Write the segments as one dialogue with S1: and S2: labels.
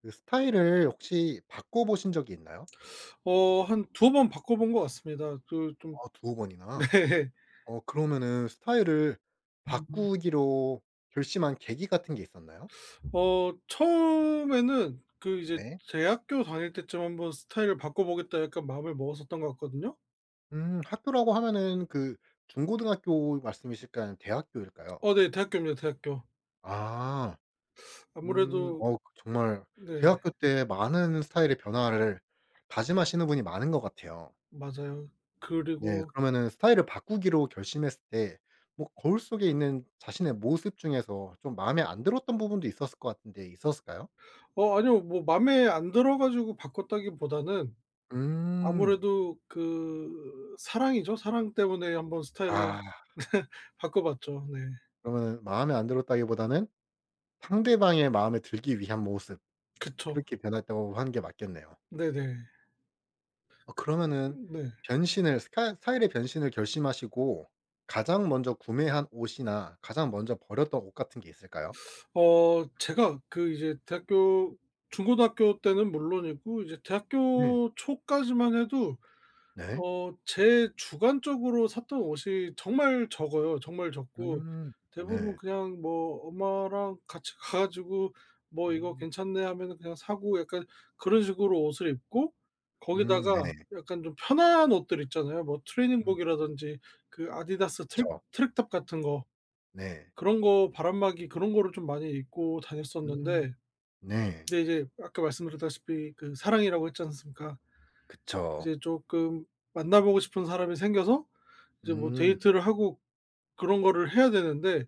S1: 그 스타일을 혹시 바꿔보신 적이 있나요?
S2: 어 한두 번 바꿔 본 것 같습니다. 그 좀.
S1: 아, 두어 번이나.
S2: 네.
S1: 어, 그러면은 스타일을 바꾸기로 결심한 계기 같은 게 있었나요?
S2: 처음에는 그 이제
S1: 네.
S2: 대학교 다닐 때쯤 한번 '스타일을 바꿔 보겠다.' 약간 마음을 먹었었던 것 같거든요.
S1: 음, 학교라고 하면은 그 중고등학교 말씀이실까요, 대학교일까요?
S2: 어 네. 대학교입니다, 대학교.
S1: 아. 음,
S2: 아무래도.
S1: 어, 정말
S2: 네.
S1: 대학교 때 많은 스타일의 변화를 다짐하시는 분이 많은 것 같아요.
S2: 맞아요.
S1: 네.
S2: 그리고.
S1: 그러면은 스타일을 바꾸기로 결심했을 때 뭐 거울 속에 있는 자신의 모습 중에서 좀 마음에 안 들었던 부분도 있었을 것 같은데, 있었을까요?
S2: 아니요. 뭐 맘에 안 들어 가지고 바꿨다기보다는
S1: 음.
S2: 아무래도 그 사랑이죠. 사랑 때문에 한번 스타일을
S1: 아,
S2: 바꿔 봤죠. 네.
S1: 그러면은 마음에 안 들었다기보다는 상대방의 마음에 들기 위한 모습,
S2: 그쵸.
S1: 그렇게 변했다고 하는 게 맞겠네요.
S2: 네네.
S1: 어, 그러면은
S2: 네.
S1: 변신을 스카 스타일의 변신을 결심하시고 가장 먼저 구매한 옷이나 가장 먼저 버렸던 옷 같은 게 있을까요?
S2: 제가 그 이제 대학교 중고등학교 때는 물론이고 이제
S1: 네.
S2: 대학교 초까지만 해도
S1: 네.
S2: 어 제 주관적으로 샀던 옷이 정말 적어요. 정말 적고
S1: 음.
S2: 대부분
S1: 네.
S2: 그냥 뭐 엄마랑 같이 가 가지고 "뭐 이거
S1: 음.
S2: 괜찮네." 하면은 그냥 사고, 약간 그런 식으로 옷을 입고,
S1: 음,
S2: 거기다가
S1: 네네.
S2: 약간 좀 편한 옷들 있잖아요. 뭐
S1: 음,
S2: 트레이닝복이라든지 그 아디다스
S1: 그쵸.
S2: 트랙탑 같은 거.
S1: 네.
S2: 그런 거 바람막이 그런 거를 좀 많이 입고
S1: 음.
S2: 다녔었는데,
S1: 네.
S2: 근데 이제 아까 말씀드렸다시피 그 사랑이라고 했지 않습니까?
S1: 그쵸.
S2: 이제 조금 만나 보고 싶은 사람이 생겨서 이제 뭐
S1: 음,
S2: 데이트를 하고 그런 거를 해야 되는데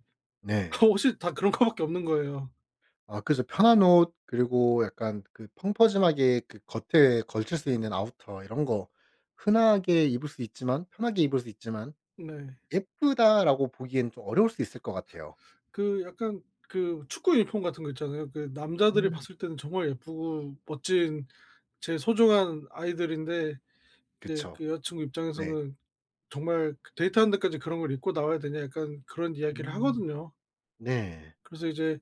S1: 네.
S2: 옷이 다 그런 거밖에 없는 거예요.
S1: 아, 그래서 편한 옷 그리고 약간 그 펑퍼짐하게 그 겉에 걸칠 수 있는 아우터 이런 거, 흔하게 입을 수 있지만 편하게 입을 수 있지만
S2: 네.
S1: '예쁘다.'라고 보기엔 좀 어려울 수 있을 것 같아요.
S2: 그 약간 그 축구 유니폼 같은 거 있잖아요. 그 남자들이
S1: 음.
S2: 봤을 때는 정말 예쁘고 멋진 제 소중한 아이들인데, 이제
S1: 그쵸.
S2: 그 여자 친구
S1: 네.
S2: 입장에서는 정말 그 데이트하는 데까지 그런 걸 입고 나와야 되냐, 약간 그런 이야기를
S1: 음.
S2: 하거든요.
S1: 네.
S2: 그래서 이제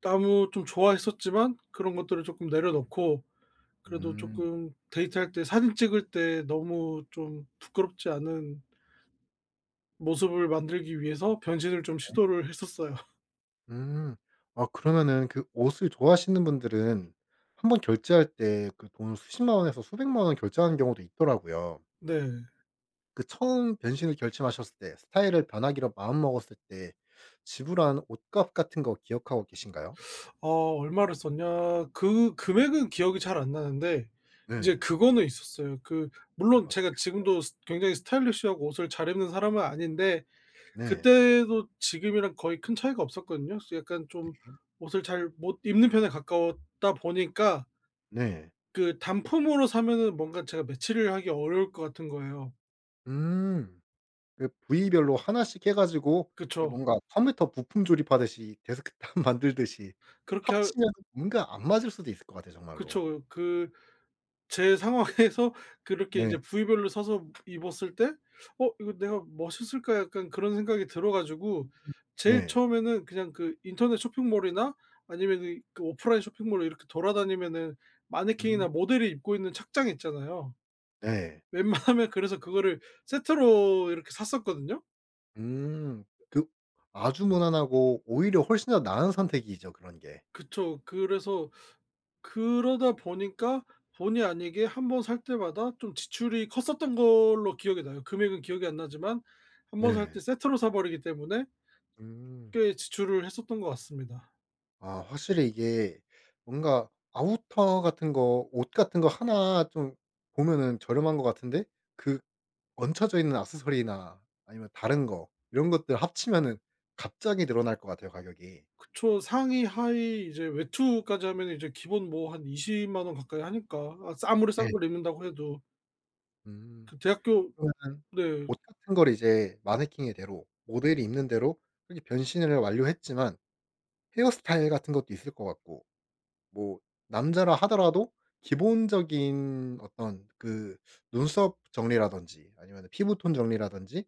S2: 나무 좀 좋아했었지만 그런 것들을 조금 내려놓고, 그래도
S1: 음.
S2: 조금 데이트할 때 사진 찍을 때 너무 좀 부끄럽지 않은 모습을 만들기 위해서 변신을 좀 시도를 했었어요.
S1: 음. 아, 그러면은 그 옷을 좋아하시는 분들은 한번 결제할 때 그 돈 수십만 원에서 수백만 원 결제하는 경우도 있더라고요.
S2: 네.
S1: 그 처음 변신을 결심하셨을 때 스타일을 변하기로 마음먹었을 때 지불한 옷값 같은 거 기억하고 계신가요?
S2: 어 얼마를 썼냐? 그 금액은 기억이 잘 안 나는데 이제
S1: 네.
S2: 그거는 있었어요. 그
S1: 음,
S2: 물론
S1: 어떻게.
S2: 제가 지금도 스 굉장히 스타일리시하고 옷을 잘 입는 사람은 아닌데
S1: 네.
S2: 그때도 지금이랑 거의 큰 차이가 없었거든요. 그래서 약간 좀 옷을 잘 못 입는 편에 가까웠다 보니까
S1: 네.
S2: 그 단품으로 사면은 뭔가 제가 매치를 하기 어려울 것 같은 거예요.
S1: 음. 그 부위별로 하나씩 해 가지고 이
S2: 그쵸.
S1: 뭔가 컴퓨터 부품 조립하듯이 데스크탑 만들듯이
S2: 그렇게 할.
S1: 합치면 뭔가 안 맞을 수도 있을 것 같아요, 정말로.
S2: 그쵸. 그 제 상황에서 그렇게 이제
S1: 네.
S2: 부위별로 사서 입었을 때 '어 이거 내가 멋있을까?' 약간 그런 생각이 들어 가지고, 제일
S1: 네.
S2: 처음에는 그냥 그 인터넷 쇼핑몰이나 아니면은 그 오프라인 쇼핑몰로 이렇게 돌아다니면은
S1: 음,
S2: 마네킹이나 모델이 입고 있는 착장 있잖아요.
S1: 네.
S2: 웬만하면 그래서 그거를 세트로 이렇게 샀었거든요.
S1: 음. 그 아주 무난하고 오히려 훨씬 더 나은 선택이죠, 그런 게.
S2: 그쵸. 그래서 그러다 보니까 본의 아니게 한번 살 때마다 좀 지출이 컸었던 걸로 기억이 나요. 금액은 기억이 안 나지만 한번 살
S1: 네.
S2: 때 세트로 사 버리기 때문에
S1: 음.
S2: 꽤 지출을 했었던 것 같습니다.
S1: 아, 확실히 이게 뭔가 아우터 같은 거, 옷 같은 거 하나 좀 보면은 저렴한 것 같은데 그 얹혀져 있는 액세서리나 아니면 다른 거 이런 것들 합치면은 갑자기 늘어날 것 같아요, 가격이.
S2: 그쵸. 상의, 하의 이제 외투까지 하면 이제 기본 뭐 한 2 0만 원 가까이 하니까, 아 싸 아무리 싼
S1: 네.
S2: 걸 입는다고 해도.
S1: 음.
S2: 그 대학교.
S1: 그러면은
S2: 네.
S1: 옷 같은 걸 이제 마네킹의 대로 모델이 입는 대로 그렇게 변신을 완료했지만 헤어스타일 같은 것도 있을 것 같고, 뭐 남자라 하더라도 기본적인 어떤 그 눈썹 정리라든지 아니면 피부톤 정리라든지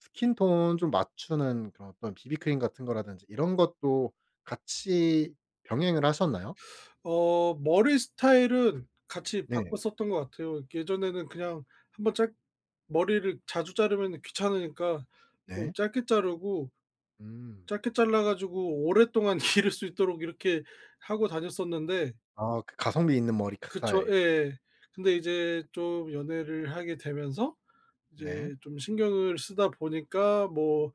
S1: 스킨톤 좀 맞추는 그런 어떤 비비크림 같은 거라든지 이런 것도 같이 병행을 하셨나요?
S2: 머리 스타일은 같이
S1: 네.
S2: 바꿨었던 것 같아요. 예전에는 그냥 한번 짧 머리를 자주 자르면 귀찮으니까 좀
S1: 네.
S2: 짧게 자르고,
S1: 음.
S2: 짧게 잘라 가지고 오랫동안 기를 수 있도록 이렇게 하고 다녔었는데.
S1: 아, 그 가성비 있는 머리 크
S2: 그쵸.
S1: 스타일.
S2: 예. 근데 이제 좀 연애를 하게 되면서
S1: 네.
S2: 이제 좀 신경을 쓰다 보니까 뭐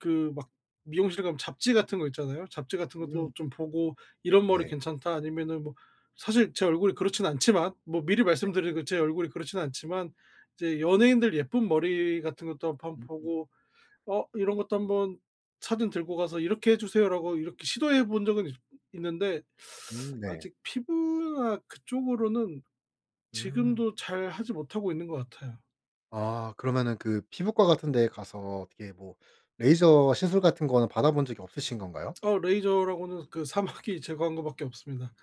S2: 그 막 미용실 가면 잡지 같은 거 있잖아요. 잡지 같은 것도
S1: 음.
S2: 좀 보고 '이런 머리
S1: 네.
S2: 괜찮다.' 아니면은 뭐 사실 제 얼굴이 그렇진 않지만, 뭐 미리 말씀드리고 제 얼굴이 그렇진 않지만 이제 연예인들 예쁜 머리 같은 것도 한번
S1: 음.
S2: 보고 '어 이런 것도 한번 사진 들고 가서 이렇게 해 주세요.'라고 이렇게 시도해 본 적은 있 있는데
S1: 음, 네.
S2: 아직 피부나 그쪽으로는
S1: 음.
S2: 지금도 잘 하지 못하고 있는 것 같아요.
S1: 아, 그러면은 그 피부과 같은 데에 가서 어떻게 뭐 레이저 시술 같은 거는 받아본 적이 없으신 건가요?
S2: 레이저라고는 그 사막이 제거한 거 밖에 없습니다.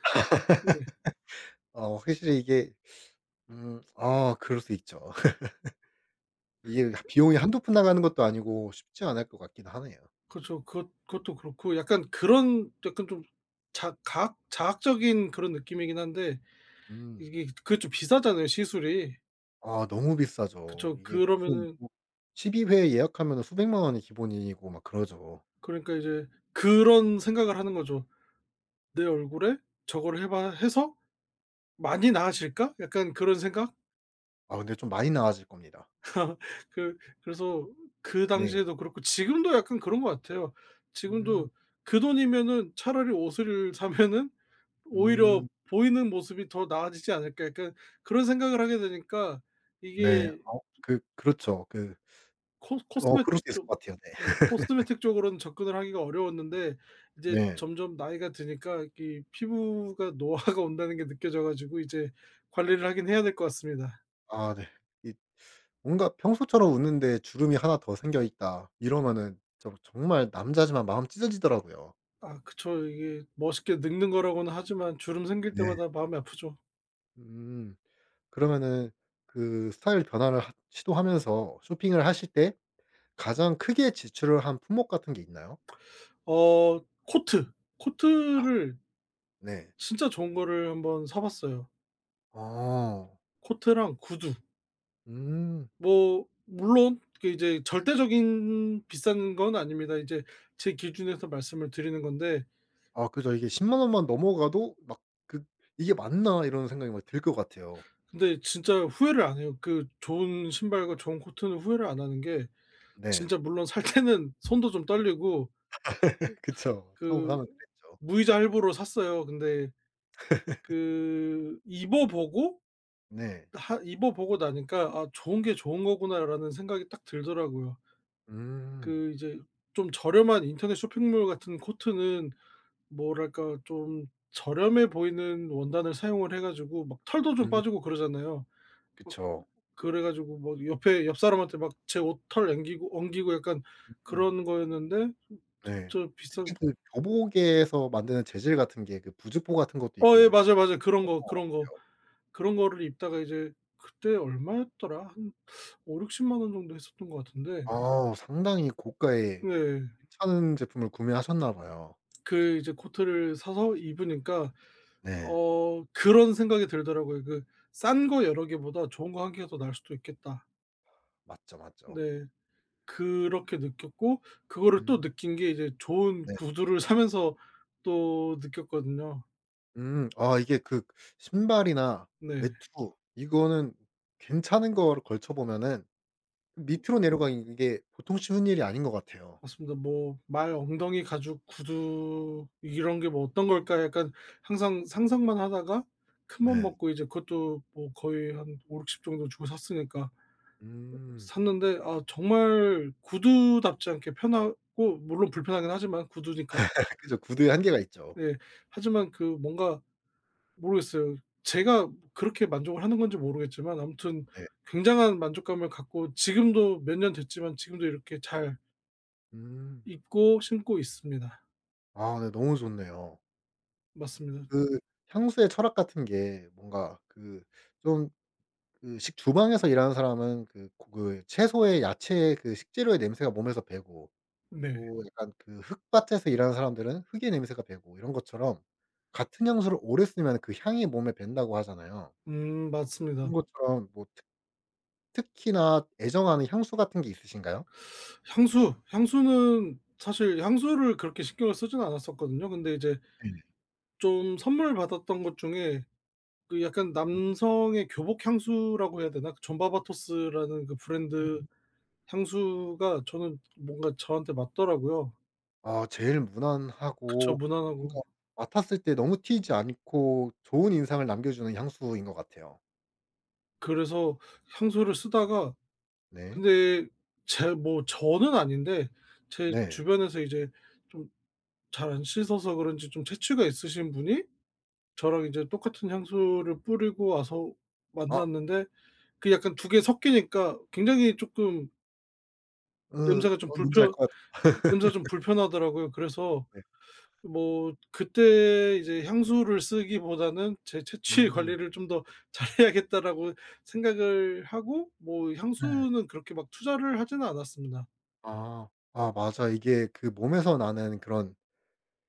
S2: 네.
S1: 어, 확실히 이게. 음. 아, 그럴 수 있죠. 이게 비용이 한두 푼 나가는 것도 아니고 쉽지 않을 것 같긴 하네요.
S2: 그쵸. 그것도 그렇고 약간 그런 약간 좀 자 과학 자학적인 그런 느낌이긴 한데,
S1: 음.
S2: 이게 그게 좀 비싸잖아요, 시술이.
S1: 아, 너무 비싸죠.
S2: 그쵸.
S1: 이게 무슨
S2: 그러면은
S1: 뭐 12회 예약하면 수백만 원이 기본이고 막 그러죠.
S2: 그러니까 이제 그런 생각을 하는 거죠. '내 얼굴에 저거를 해봐 해서 많이 나아질까?' 약간 그런 생각?
S1: 아, 근데 좀 많이 나아질 겁니다.
S2: 그 그래서 그
S1: 네.
S2: 당시에도 그렇고 지금도 약간 그런 것 같아요.
S1: 음.
S2: 지금도 그 돈이면은 차라리 옷을 사면은 오히려
S1: 음.
S2: 보이는 모습이 더 나아지지 않을까, 약간 그런 생각을 하게 되니까.
S1: 네.
S2: 이게
S1: 어, 그 그렇죠. 그,
S2: 코
S1: 어
S2: 코스메틱
S1: 그럴 수 있을
S2: 쪽.
S1: 것 같아요.
S2: 뭐 코스메틱 쪽으로는 접근을 하기가 어려웠는데 이제
S1: 네. 네.
S2: 점점 나이가 드니까 이 피부가 노화가 온다는 게 느껴져 가지고 이제 관리를 하긴 해야 될 것 같습니다.
S1: 아, 네. 이 뭔가 평소처럼 웃는데 주름이 하나 더 생겨 있다 이러면은 저 정말 남자지만 마음 찢어지더라고요.
S2: 아 그쵸. 이게 멋있게 늙는 거라고는 하지만 주름 생길
S1: 네.
S2: 때마다 마음이 아프죠.
S1: 음. 그러면은 그 스타일 변화를 하 시도하면서 쇼핑을 하실 때 가장 크게 지출을 한 품목 같은 게 있나요?
S2: 어 코트. 코트를
S1: 네.
S2: 진짜 좋은 거를 한번 사 봤어요.
S1: 어.
S2: 코트랑 구두.
S1: 음.
S2: 뭐 물론 그 이제 절대적인 비싼 건 아닙니다. 이제 제 기준에서 말씀을 드리는 건데,
S1: 아, 그죠. 이게 1 0 원만 넘어가도 막 그, '이게 맞나?' 이런 생각이 막 들 것 같아요.
S2: 근데 진짜 후회를 안 해요. 그 좋은 신발과 좋은 코트는 후회를 안 하는 게
S1: 네.
S2: 진짜, 물론 살 때는 손도 좀 떨리고
S1: 그쵸. 처음
S2: 그
S1: 사면 그랬죠.
S2: 무이자 할부로 샀어요. 근데 그 입어 보고,
S1: 네.
S2: 하 입어 보고 나니까 '아 좋은 게 좋은 거구나.'라는 생각이 딱 들더라고요.
S1: 음.
S2: 그 이제 좀 저렴한 인터넷 쇼핑몰 같은 코트는 뭐랄까 좀 저렴해 보이는 원단을 사용을 해 가지고 막 털도 좀
S1: 음,
S2: 빠지고 그러잖아요.
S1: 그쵸.
S2: 그래 가지고 뭐 옆에 옆 사람한테 막 제 옷 털 앵기고 엉기고, 약간
S1: 음,
S2: 그런 거였는데.
S1: 네.
S2: 저 비싼.
S1: 특히 그 교복에서 만드는 재질 같은 게 그 부즈포 같은 것도
S2: 어 예
S1: 있고.
S2: 맞아요, 맞아요. 그런 거, 그런 거. 그런 거를 입다가 이제 그때 얼마였더라? 한 5 6 0만 원 정도 했었던 것 같은데.
S1: 아, 상당히 고가의
S2: 네.
S1: 괜찮은 제품을 구매하셨나 봐요.
S2: 그 이제 코트를 사서 입으니까
S1: 네.
S2: 어 그런 생각이 들더라고요. 그 '싼 거 여러 개보다 좋은 거 한 개가 더 나을 수도 있겠다.'
S1: 맞죠, 맞죠.
S2: 네. 그렇게 느꼈고, 그거를 또
S1: 음,
S2: 느낀 게 이제 좋은
S1: 네.
S2: 구두를 사면서 또 느꼈거든요.
S1: 음, 아, 이게 그 신발이나
S2: 네.
S1: 외투, 이거는 괜찮은 거를 걸쳐 보면은 밑으로 내려가는 게 보통 쉬운 일이 아닌 것 같아요.
S2: 맞습니다. 뭐 '말 엉덩이 가죽 구두 이런 게 뭐 어떤 걸까?' 약간 항상 상상만 하다가 큰 맘
S1: 네.
S2: 먹고 이제 그것도 뭐 거의 한5육6 0 정도 주고 샀으니까
S1: 음.
S2: 샀는데, 아 정말 구두답지 않게 편하고, 물론 불편하긴 하지만 구두니까.
S1: 그죠. 구두의 한계가 있죠.
S2: 예. 하지만 그 뭔가 모르겠어요. 제가 그렇게 만족을 하는 건지 모르겠지만 아무튼
S1: 네.
S2: 굉장한 만족감을 갖고 지금도 몇 년 됐지만 지금도 이렇게 잘
S1: 음.
S2: 입고 신고 있습니다.
S1: 아, 네, 너무 좋네요.
S2: 맞습니다.
S1: 그 향수의 철학 같은 게 뭔가 그좀 그 식주방에서 일하는 사람은 그 고 그 채소의 야채의 그 식재료의 냄새가 몸에서 배고
S2: 네.
S1: 또 약간 그 흙밭에서 일하는 사람들은 흙의 냄새가 배고 이런 것처럼 같은 향수를 오래 쓰면 그 향이 몸에 밴다고 하잖아요.
S2: 맞습니다.
S1: 그런 것처럼 뭐 특 특히나 애정하는 향수 같은 게 있으신가요?
S2: 향수는 사실 향수를 그렇게 신경을 쓰진 않았었거든요. 근데 이제
S1: 네.
S2: 좀 선물 받았던 것 중에 그 약간
S1: 음.
S2: 남성의 교복 향수라고 해야 되나? 그 존바바토스라는 그 브랜드
S1: 음.
S2: 향수가 저는 뭔가 저한테 맞더라고요.
S1: 아, 제일
S2: 그쵸.
S1: 무난하고
S2: 무난하고.
S1: 뭔가 맡았을 때 너무 튀지 않고 좋은 인상을 남겨주는 향수인 것 같아요.
S2: 그래서 향수를 쓰다가
S1: 네.
S2: 근데 제 뭐 저는 아닌데 제
S1: 네.
S2: 주변에서 이제 좀 잘 안 씻어서 그런지 좀 체취가 있으신 분이 저랑 이제 똑같은 향수를 뿌리고 와서
S1: 아,
S2: 만났는데, 그 약간 두 개 섞이니까 굉장히 쪼끔
S1: 으,
S2: 냄새가 좀
S1: 어, 뭔지 알
S2: 불편
S1: 것 같아요.
S2: 냄새가 좀 불편하더라고요. 그래서
S1: 네.
S2: 뭐 그때 이제 향수를 쓰기보다는 제 채취
S1: 음.
S2: 관리를 좀 더 잘해야겠다라고 생각을 하고 뭐
S1: 네.
S2: 향수는 그렇게 막 투자를 하지는 않았습니다.
S1: 아. 아, 맞아. 이게 그 몸에서 나는 그런,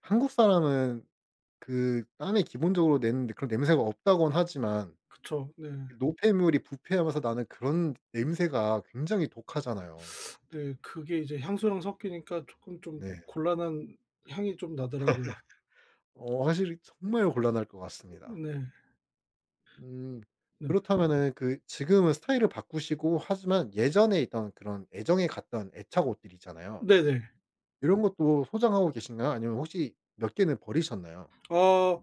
S1: 한국 사람은 그 땀에 기본적으로 내는 그런 냄새가 없다곤 하지만
S2: 그쵸. 네.
S1: 이 노폐물이 부패하면서 나는 그런 냄새가 굉장히 독하잖아요.
S2: 네. 그게 이제 향수랑 섞이니까 쪼끔 좀
S1: 네.
S2: 곤란한 향이 좀 나더라고요.
S1: 어, 사실 정말 곤란할 것 같습니다.
S2: 네.
S1: 음.
S2: 네.
S1: 그렇다면은 그 지금은 스타일을 바꾸시고 하지만 예전에 있던 그런 애정에 갔던 애착 옷들 있잖아요.
S2: 네네.
S1: 이런 것도 소장하고 계신가요? 아니면 혹시 몇 개는 버리셨나요?
S2: 아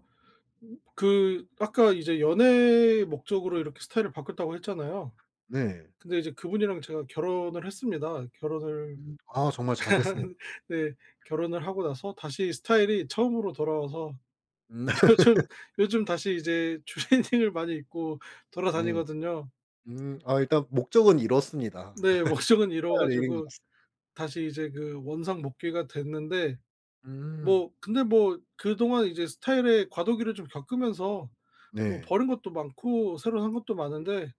S2: 그 아까 이제 연애 목적으로 이렇게 스타일을 바꿨다고 했잖아요.
S1: 네.
S2: 근데 이제 그분이랑 제가 결혼을 했습니다. 결혼을.
S1: 음. 아, 정말 잘 됐습니다.
S2: 네. 결혼을 하고 나서 다시 스타일이 처음으로 돌아와서
S1: 음.
S2: 요즘 요즘 다시 이제 추리닝을 많이 입고
S1: 네.
S2: 돌아다니거든요.
S1: 음, 아, 일단 목적은 이뤘습니다.
S2: 네. 목적은 이뤄
S1: 잘 이긴 것
S2: 가지고
S1: 같습.
S2: 다시 이제 그 원상 복귀가 됐는데,
S1: 음.
S2: 뭐 근데 뭐 그동안 이제 스타일의 과도기를 좀 겪으면서 뭐
S1: 네.
S2: 버린 것도 많고 새로 산 것도
S1: 음.
S2: 많은데,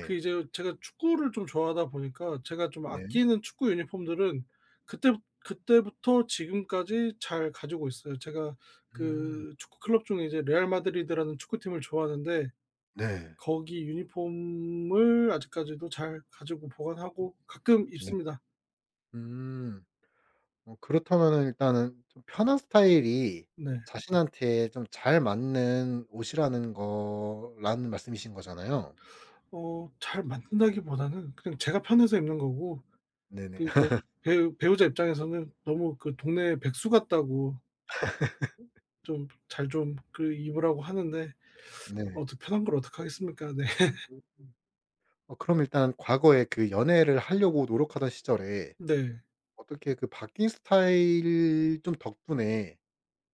S2: 그 이제 제가 축구를 좀 좋아하다 보니까 제가 좀
S1: 네. 네.
S2: 아끼는 축구 유니폼들은 그때 그때부터 지금까지 잘 가지고 있어요. 제가
S1: 음.
S2: 그 축구 클럽 중에 이제 레알 마드리드라는 축구팀을 좋아하는데
S1: 네.
S2: 거기 유니폼을 아직까지도 잘 가지고 보관하고 가끔
S1: 네.
S2: 입습니다.
S1: 음. 어, 그렇다면은 일단은 좀 편한 스타일이
S2: 네.
S1: 자신한테 좀 잘 맞는 옷이라는 거라는 말씀이신 거잖아요.
S2: 어 잘 맞는다기보다는 그냥 제가 편해서 입는 거고 그
S1: 네네.
S2: 이제 배우자 입장에서는 너무 그 동네 백수 같다고 좀 잘 좀 그 입으라고 하는데 어
S1: 네.
S2: 더 편한 걸 어떡하겠습니까. 네.
S1: 음. 어, 그럼 일단 과거에 그 연애를 하려고 노력하던 시절에
S2: 네.
S1: 어떻게 그 바뀐 스타일 좀 덕분에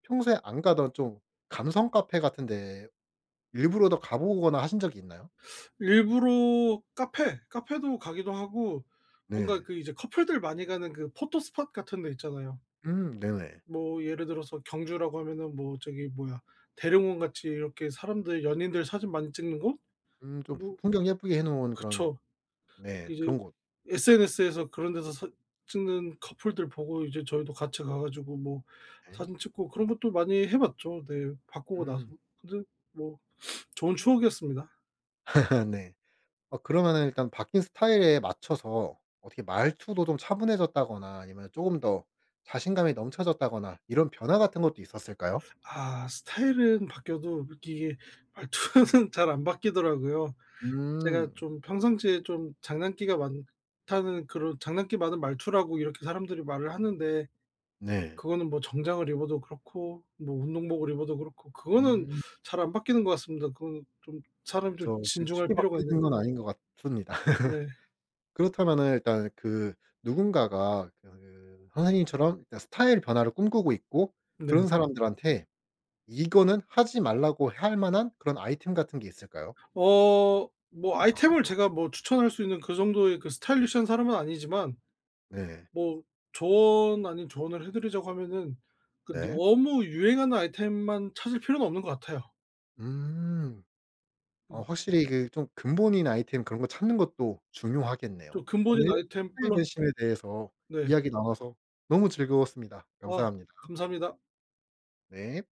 S1: 평소에 안 가던 좀 감성 카페 같은 데 일부러 더 가 보거나 하신 적이 있나요?
S2: 일부러 카페도 가기도 하고 뭔가
S1: 네.
S2: 그 이제 커플들 많이 가는 그 포토 스팟 같은 데 있잖아요.
S1: 음. 네네.
S2: 뭐 예를 들어서 경주라고 하면은 뭐 저기 뭐야 대릉원 같이 이렇게 사람들 연인들 사진 많이 찍는 곳?
S1: 음, 좀 부
S2: 뭐
S1: 풍경 예쁘게 해 놓은 그런,
S2: 그쵸.
S1: 네,
S2: 이제
S1: 그런 곳.
S2: SNS에서 그런 데서 사 찍는 커플들 보고 이제 저희도 같이 가 가지고 뭐
S1: 네.
S2: 사진 찍고 그런 것도 많이 해 봤죠. 네. 바꾸고 나서.
S1: 음.
S2: 근데 뭐 좋은 추억이었습니다.
S1: 네. 어, 그러면은 일단 바뀐 스타일에 맞춰서 어떻게 말투도 좀 차분해졌다거나 아니면 쪼금 더 자신감이 넘쳐졌다거나 이런 변화 같은 것도 있었을까요?
S2: 아 스타일은 바뀌어도 이게 말투는 잘 안 바뀌더라고요. 제가
S1: 음.
S2: 좀 평상시에 좀 장난기가 많다는 그런 장난기 많은 말투라고 이렇게 사람들이 말을 하는데
S1: 네.
S2: 그거는 뭐 정장을 입어도 그렇고 뭐 운동복을 입어도 그렇고 그거는
S1: 음.
S2: 잘 안 바뀌는 것 같습니다. 그건 좀 사람이 좀
S1: 그쵸. 되게
S2: 진중할
S1: 쉽게
S2: 필요가
S1: 바뀌는
S2: 있는데.
S1: 건 아닌 것 같습니다.
S2: 네.
S1: 그렇다면은 일단 그 누군가가 그 선생님처럼 일단 스타일 변화를 꿈꾸고 있고
S2: 네.
S1: 그런 사람들한테 이거는 하지 말라고 할 만한 그런 아이템 같은 게 있을까요?
S2: 뭐 아이템을 제가 뭐 추천할 수 있는 그 정도의 그 스타일리시한 사람은 아니지만
S1: 네.
S2: 뭐 조언 아닌 조언을 해 드리자고 하면은 그
S1: 네.
S2: 너무 유행하는 아이템만 찾을 필요는 없는 것 같아요.
S1: 음. 어,
S2: 음
S1: 확실히 그 좀 근본인 아이템 그런 거 찾는 것도 중요하겠네요.
S2: 좀 근본인
S1: 오늘 이렇게
S2: 아이템
S1: 스타일
S2: 플러스.
S1: 변심에 대해서
S2: 네.
S1: 이야기 나눠서 너무 즐거웠습니다.
S2: 아
S1: 감사합니다.
S2: 감사합니다.
S1: 네.